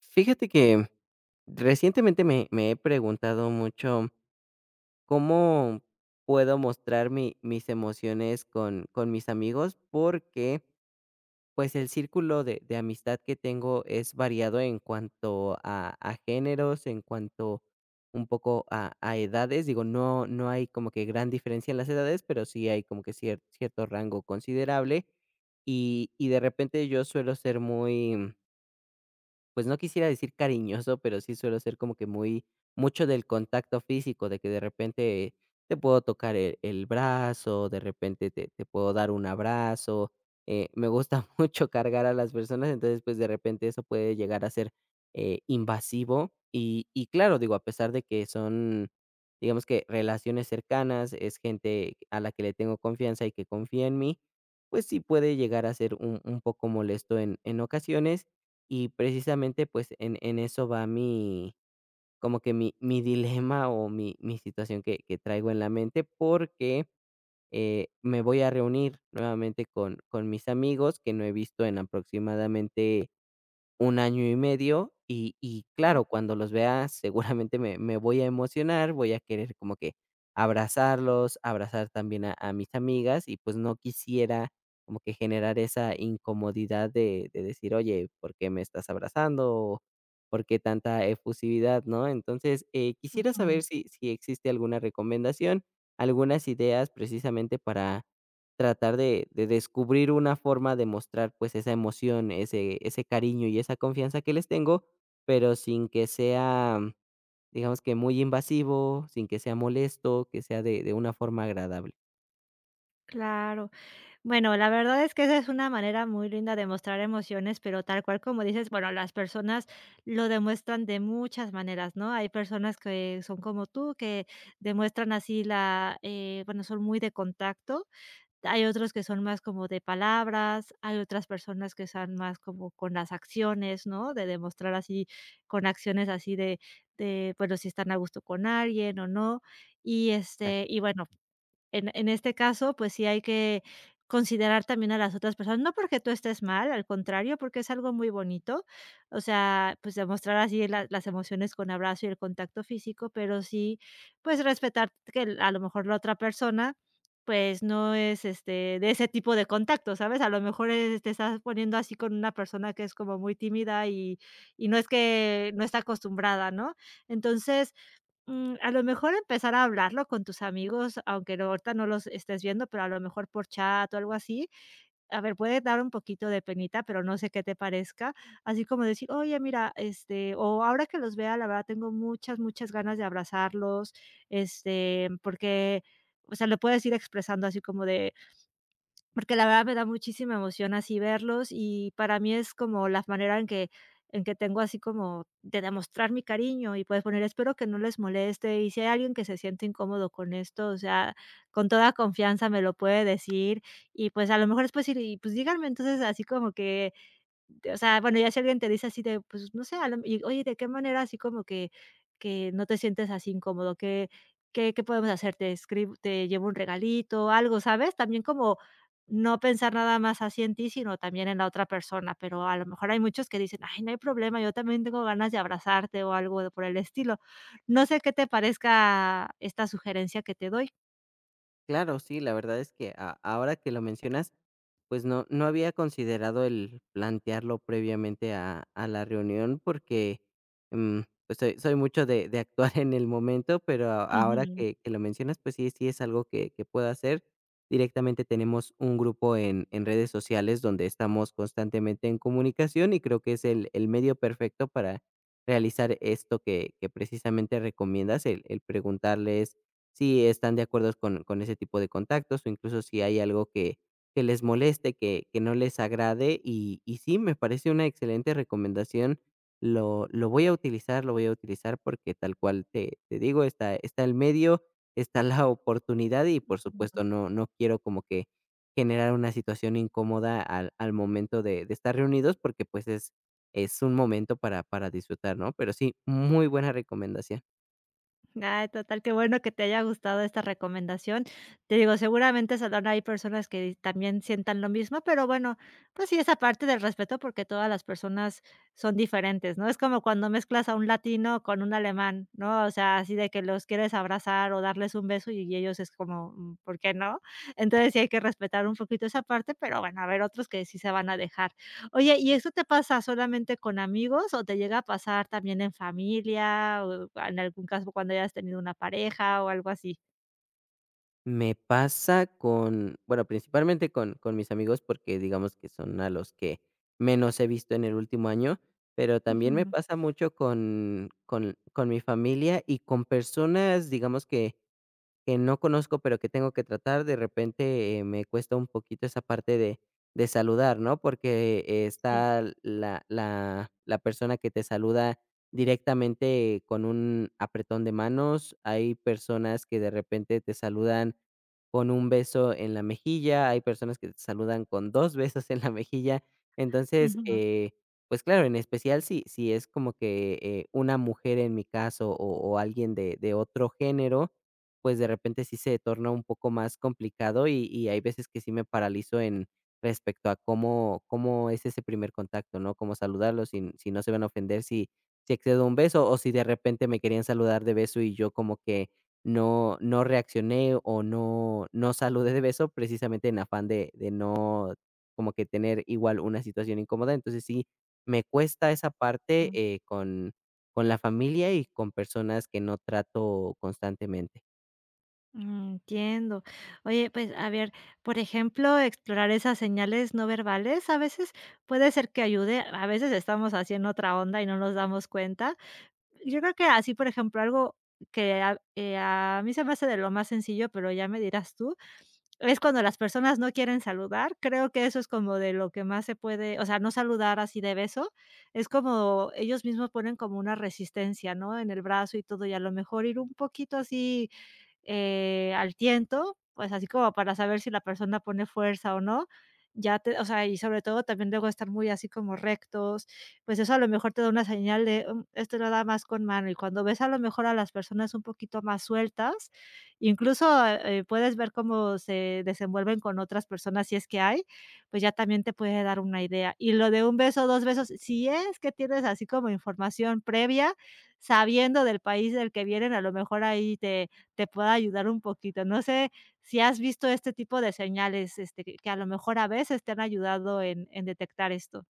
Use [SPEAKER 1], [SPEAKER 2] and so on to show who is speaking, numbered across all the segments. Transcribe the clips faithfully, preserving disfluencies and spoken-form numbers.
[SPEAKER 1] Fíjate que recientemente me me he preguntado mucho cómo puedo mostrar mi mis emociones con con mis amigos, porque, pues, el círculo de de amistad que tengo es variado en cuanto a a géneros, en cuanto un poco a a edades. Digo, no no hay como que gran diferencia en las edades, pero sí hay como que cier cierto rango considerable, y y de repente yo suelo ser muy, pues, no quisiera decir cariñoso, pero sí suelo ser como que muy mucho del contacto físico, de que de repente te puedo tocar el el brazo, de repente te te puedo dar un abrazo. Eh, me gusta mucho cargar a las personas. Entonces, pues, de repente eso puede llegar a ser eh, invasivo. Y y claro, digo, a pesar de que son, digamos, que relaciones cercanas, es gente a la que le tengo confianza y que confía en mí, pues sí puede llegar a ser un un poco molesto en en ocasiones. Y precisamente, pues, en en eso va mi, como que, mi mi dilema o mi mi situación que que traigo en la mente, porque, eh, me voy a reunir nuevamente con con mis amigos que no he visto en aproximadamente un año y medio. Y y claro, cuando los vea seguramente me me voy a emocionar, voy a querer como que abrazarlos, abrazar también a a mis amigas y, pues, no quisiera como que generar esa incomodidad de de decir: "Oye, ¿por qué me estás abrazando?", o "¿Por qué tanta efusividad?", ¿no? Entonces, eh, quisiera
[SPEAKER 2] Ujú,
[SPEAKER 1] saber si si existe alguna recomendación, algunas ideas precisamente para tratar de de descubrir una forma de mostrar, pues, esa emoción, ese ese cariño y esa confianza que les tengo, pero sin que sea, digamos, que muy invasivo, sin que sea molesto, que sea de de una forma agradable.
[SPEAKER 2] claro. Bueno, la verdad es que esa es una manera muy linda de mostrar emociones, pero tal cual como dices, bueno, las personas lo demuestran de muchas maneras, ¿no? Hay personas que son como tú, que demuestran así la, eh, bueno, son muy de contacto. Hay otros que son más como de palabras, hay otras personas que son más como con las acciones, ¿no? De demostrar así, con acciones así de, de, bueno, si están a gusto con alguien o no. Y este, y bueno, En en este caso, pues sí hay que considerar también a las otras personas, no porque tú estés mal, al contrario, porque es algo muy bonito, o sea, pues demostrar así la las emociones con abrazo y el contacto físico, pero sí, pues respetar que el a lo mejor la otra persona, pues no es, este, de ese tipo de contacto, ¿sabes? A lo mejor, eh, te estás poniendo así con una persona que es como muy tímida y y no es que no está acostumbrada, ¿no? Entonces, Mm, a lo mejor empezar a hablarlo con tus amigos, aunque no ahorita no los estés viendo, pero a lo mejor por chat o algo así. A ver, puede dar un poquito de penita, pero no sé qué te parezca. Así como decir: "Oye, mira, este, o ahora que los vea, la verdad tengo muchas, muchas ganas de abrazarlos", este, porque, o sea, lo puedes ir expresando así como de: porque la verdad me da muchísima emoción así verlos, y para mí es como la manera en que en que tengo así como de demostrar mi cariño y puedes poner: "Espero que no les moleste", y si hay alguien que se siente incómodo con esto, o sea, con toda confianza me lo puede decir, y pues, a lo mejor después ir y pues díganme, entonces, así como que o sea, bueno, ya si alguien te dice así de, pues, no sé, a lo y oye, ¿de qué manera así como que que no te sientes así incómodo? ¿Qué qué qué podemos hacer? ¿Te escribo te llevo un regalito, algo, sabes? También como no pensar nada más así en ti, sino también en la otra persona, pero a lo mejor hay muchos que dicen: "Ay, no hay problema, yo también tengo ganas de abrazarte", o algo por el estilo. No sé qué te parezca esta sugerencia que te doy.
[SPEAKER 1] Claro, sí, la verdad es que, a ahora que lo mencionas, pues no no había considerado el plantearlo previamente a a la reunión porque, mm, pues soy soy mucho de de actuar en el momento, pero a- ahora
[SPEAKER 2] Ujú.
[SPEAKER 1] que que lo mencionas, pues sí, sí es algo que que puedo hacer. Directamente tenemos un grupo en en redes sociales donde estamos constantemente en comunicación, y creo que es el el medio perfecto para realizar esto que que precisamente recomiendas, el el preguntarles si están de acuerdo con con ese tipo de contactos, o incluso si hay algo que que les moleste, que que no les agrade. Y y sí, me parece una excelente recomendación. Lo lo voy a utilizar, lo voy a utilizar porque, tal cual te te digo, está está el medio, está la oportunidad y, por supuesto, no no quiero como que generar una situación incómoda al al momento de de estar reunidos porque, pues, es es un momento para para disfrutar, ¿no? Pero sí, muy buena recomendación.
[SPEAKER 2] Ay, total, qué bueno que te haya gustado esta recomendación. Te digo, seguramente saldrán ahí personas que también sientan lo mismo, pero bueno, pues sí, esa parte del respeto, porque todas las personas son diferentes, ¿no? Es como cuando mezclas a un latino con un alemán, ¿no? O sea, así de que los quieres abrazar o darles un beso y ellos es como, mm, ¿por qué no? Entonces sí hay que respetar un poquito esa parte, pero bueno, a ver otros que sí se van a dejar. Oye, ¿y eso te pasa solamente con amigos o te llega a pasar también en familia o en algún caso cuando hayas tenido una pareja o algo así?
[SPEAKER 1] Me pasa con, bueno, principalmente con, con mis amigos, porque digamos que son a los que menos he visto en el último año, pero también me
[SPEAKER 2] Ujú.
[SPEAKER 1] pasa mucho con, con, con mi familia y con personas, digamos, que que no conozco, pero que tengo que tratar, de repente. Eh, me cuesta un poquito esa parte de de saludar, ¿no? Porque, eh,
[SPEAKER 2] Sí.
[SPEAKER 1] está la la la persona que te saluda directamente con un apretón de manos, hay personas que de repente te saludan con un beso en la mejilla, hay personas que te saludan con dos besos en la mejilla. Entonces,
[SPEAKER 2] Ujú,
[SPEAKER 1] eh, pues claro, en especial si si es como que eh, una mujer en mi caso, o o alguien de de otro género, pues, de repente sí se torna un poco más complicado. Y y hay veces que sí me paralizo en respecto a cómo cómo es ese primer contacto, ¿no? Cómo saludarlos, si si no se van a ofender si si excedo un beso, o si de repente me querían saludar de beso y yo como que no no reaccioné, o no no saludé de beso, precisamente en afán de de no como que tener igual una situación incómoda. Entonces, sí me cuesta esa parte,
[SPEAKER 2] ujú.
[SPEAKER 1] eh, con con la familia y con personas que no trato constantemente.
[SPEAKER 2] Mm, entiendo. Oye, pues, a ver, por ejemplo, explorar esas señales no verbales, a veces puede ser que ayude, a veces estamos haciendo otra onda y no nos damos cuenta. Yo creo que así, por ejemplo, algo que a eh, a mí se me hace de lo más sencillo, pero ya me dirás tú, es cuando las personas no quieren saludar, creo que eso es como de lo que más se puede, o sea, no saludar así de beso, es como ellos mismos ponen como una resistencia, ¿no? En el brazo y todo, y a lo mejor ir un poquito así eh, al tiento, pues, así como para saber si la persona pone fuerza o no. Ya te o sea, y sobre todo también luego estar muy así como rectos, pues, eso a lo mejor te da una señal de, mm, este lo da más con mano, y cuando ves a lo mejor a las personas un poquito más sueltas, incluso, eh, puedes ver cómo se desenvuelven con otras personas, si es que hay, pues, ya también te puede dar una idea. Y lo de un beso, dos besos, si es que tienes así como información previa, sabiendo del país del que vienen, a lo mejor ahí te te pueda ayudar un poquito. No sé si has visto este tipo de señales, este, que que a lo mejor a veces te han ayudado en en detectar esto.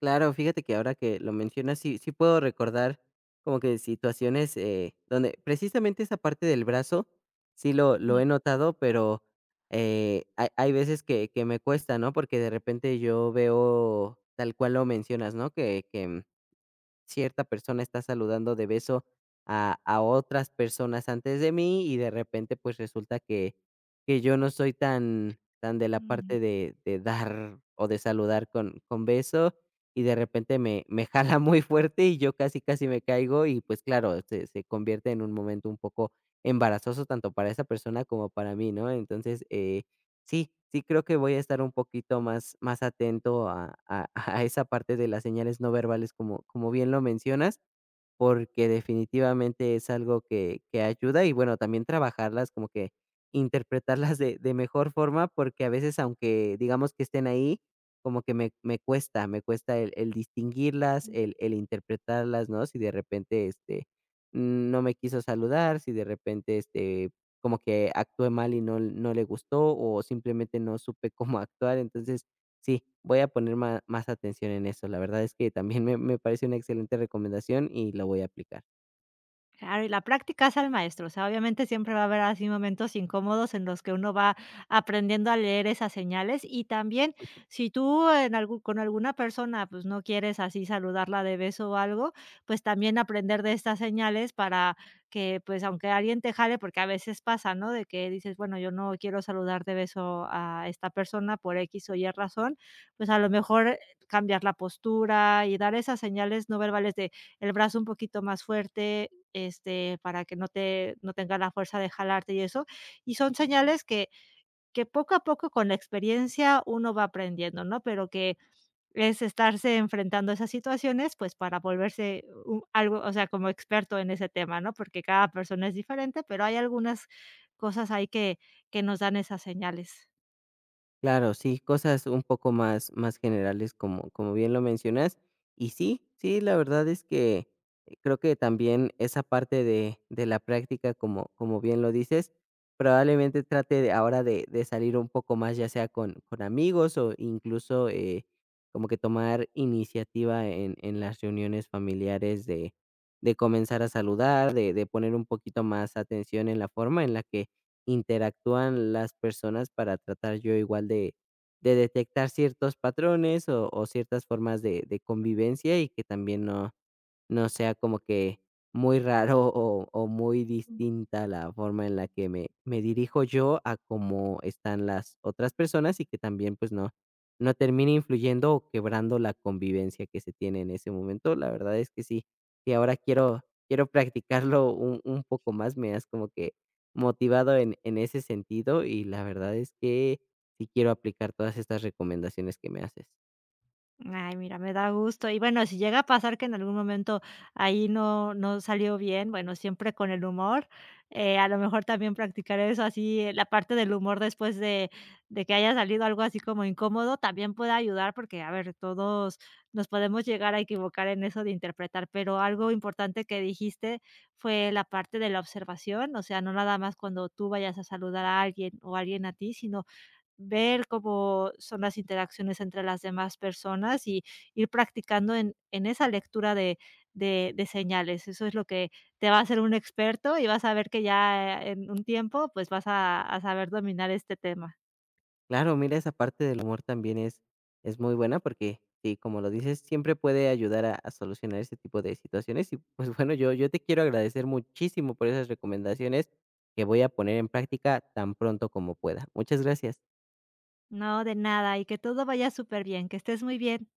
[SPEAKER 1] Claro, fíjate que ahora que lo mencionas, sí, sí puedo recordar como que situaciones, eh, donde precisamente esa parte del brazo sí lo, lo
[SPEAKER 2] Ujú.
[SPEAKER 1] he notado, pero, eh, hay, hay veces que, que me cuesta, ¿no? Porque de repente yo veo, tal cual lo mencionas, ¿no? Que, que cierta persona está saludando de beso a, a otras personas antes de mí, y de repente pues resulta que, que yo no soy tan, tan de la
[SPEAKER 2] Mm.
[SPEAKER 1] parte de, de dar o de saludar con, con beso, y de repente me, me jala muy fuerte y yo casi casi me caigo. Y pues claro, se, se convierte en un momento un poco embarazoso tanto para esa persona como para mí, ¿no? Entonces, eh, sí, sí creo que voy a estar un poquito más más atento a a a esa parte de las señales no verbales, como como bien lo mencionas, porque definitivamente es algo que que ayuda y, bueno, también trabajarlas, como que interpretarlas de de mejor forma, porque a veces, aunque digamos que estén ahí, como que me me cuesta me cuesta el el distinguirlas, el el interpretarlas, ¿no? Si de repente, este, no me quiso saludar, si de repente, este, como que actué mal y no no le gustó, o simplemente no supe cómo actuar. Entonces, sí, voy a poner ma más atención en eso. La verdad es que también me me parece una excelente recomendación y la voy a aplicar.
[SPEAKER 2] Claro, y la práctica hace al maestro, o sea, obviamente siempre va a haber así momentos incómodos en los que uno va aprendiendo a leer esas señales y también si tú en algún con alguna persona, pues, no quieres así saludarla de beso o algo, pues, también aprender de estas señales para que, pues, aunque alguien te jale, porque a veces pasa, ¿no? De que dices: "Bueno, yo no quiero saludar de beso a esta persona por X o Y razón", pues, a lo mejor eh, cambiar la postura y dar esas señales no verbales de el brazo un poquito más fuerte, este, para que no te no tenga la fuerza de jalarte y eso. Y son señales que que poco a poco con la experiencia uno va aprendiendo, ¿no? Pero que es estarse enfrentando a esas situaciones, pues, para volverse u algo, o sea, como experto en ese tema, ¿no? Porque cada persona es diferente, pero hay algunas cosas ahí que que nos dan esas señales.
[SPEAKER 1] Claro, sí, cosas un poco más, más generales, como, como bien lo mencionas. Y sí, sí, la verdad es que, eh, creo que también esa parte de, de la práctica, como, como bien lo dices, probablemente trate de, ahora, de, de salir un poco más, ya sea con, con amigos o incluso, eh, como que tomar iniciativa en, en las reuniones familiares de, de comenzar a saludar, de, de poner un poquito más atención en la forma en la que interactúan las personas para tratar yo igual de, de detectar ciertos patrones o, o ciertas formas de, de convivencia, y que también no, no sea como que muy raro, o o muy distinta la forma en la que me me dirijo yo a cómo están las otras personas, y que también, pues, no no termine influyendo o quebrando la convivencia que se tiene en ese momento. La verdad es que sí, y ahora quiero quiero practicarlo un un poco más. Me has como que motivado en en ese sentido, y la verdad es que sí quiero aplicar todas estas recomendaciones que me haces.
[SPEAKER 2] Ay, mira, me da gusto. Y bueno, si llega a pasar que en algún momento ahí no no salió bien, bueno, siempre con el humor, eh, a lo mejor también practicar eso, así eh, la parte del humor después de de que haya salido algo así como incómodo, también puede ayudar porque, a ver, todos nos podemos llegar a equivocar en eso de interpretar, pero algo importante que dijiste fue la parte de la observación, o sea, no nada más cuando tú vayas a saludar a alguien o alguien a ti, sino ver cómo son las interacciones entre las demás personas y ir practicando en en esa lectura de de de señales. Eso es lo que te va a hacer un experto y vas a ver que ya eh, en un tiempo, pues, vas a a saber dominar este tema.
[SPEAKER 1] Claro, mira, esa parte del humor también es, es muy buena porque, sí, como lo dices, siempre puede ayudar a, a solucionar ese tipo de situaciones. Y pues, bueno, yo, yo te quiero agradecer muchísimo por esas recomendaciones que voy a poner en práctica tan pronto como pueda. Muchas gracias.
[SPEAKER 2] No, de nada, y que todo vaya súper bien que estés muy bien.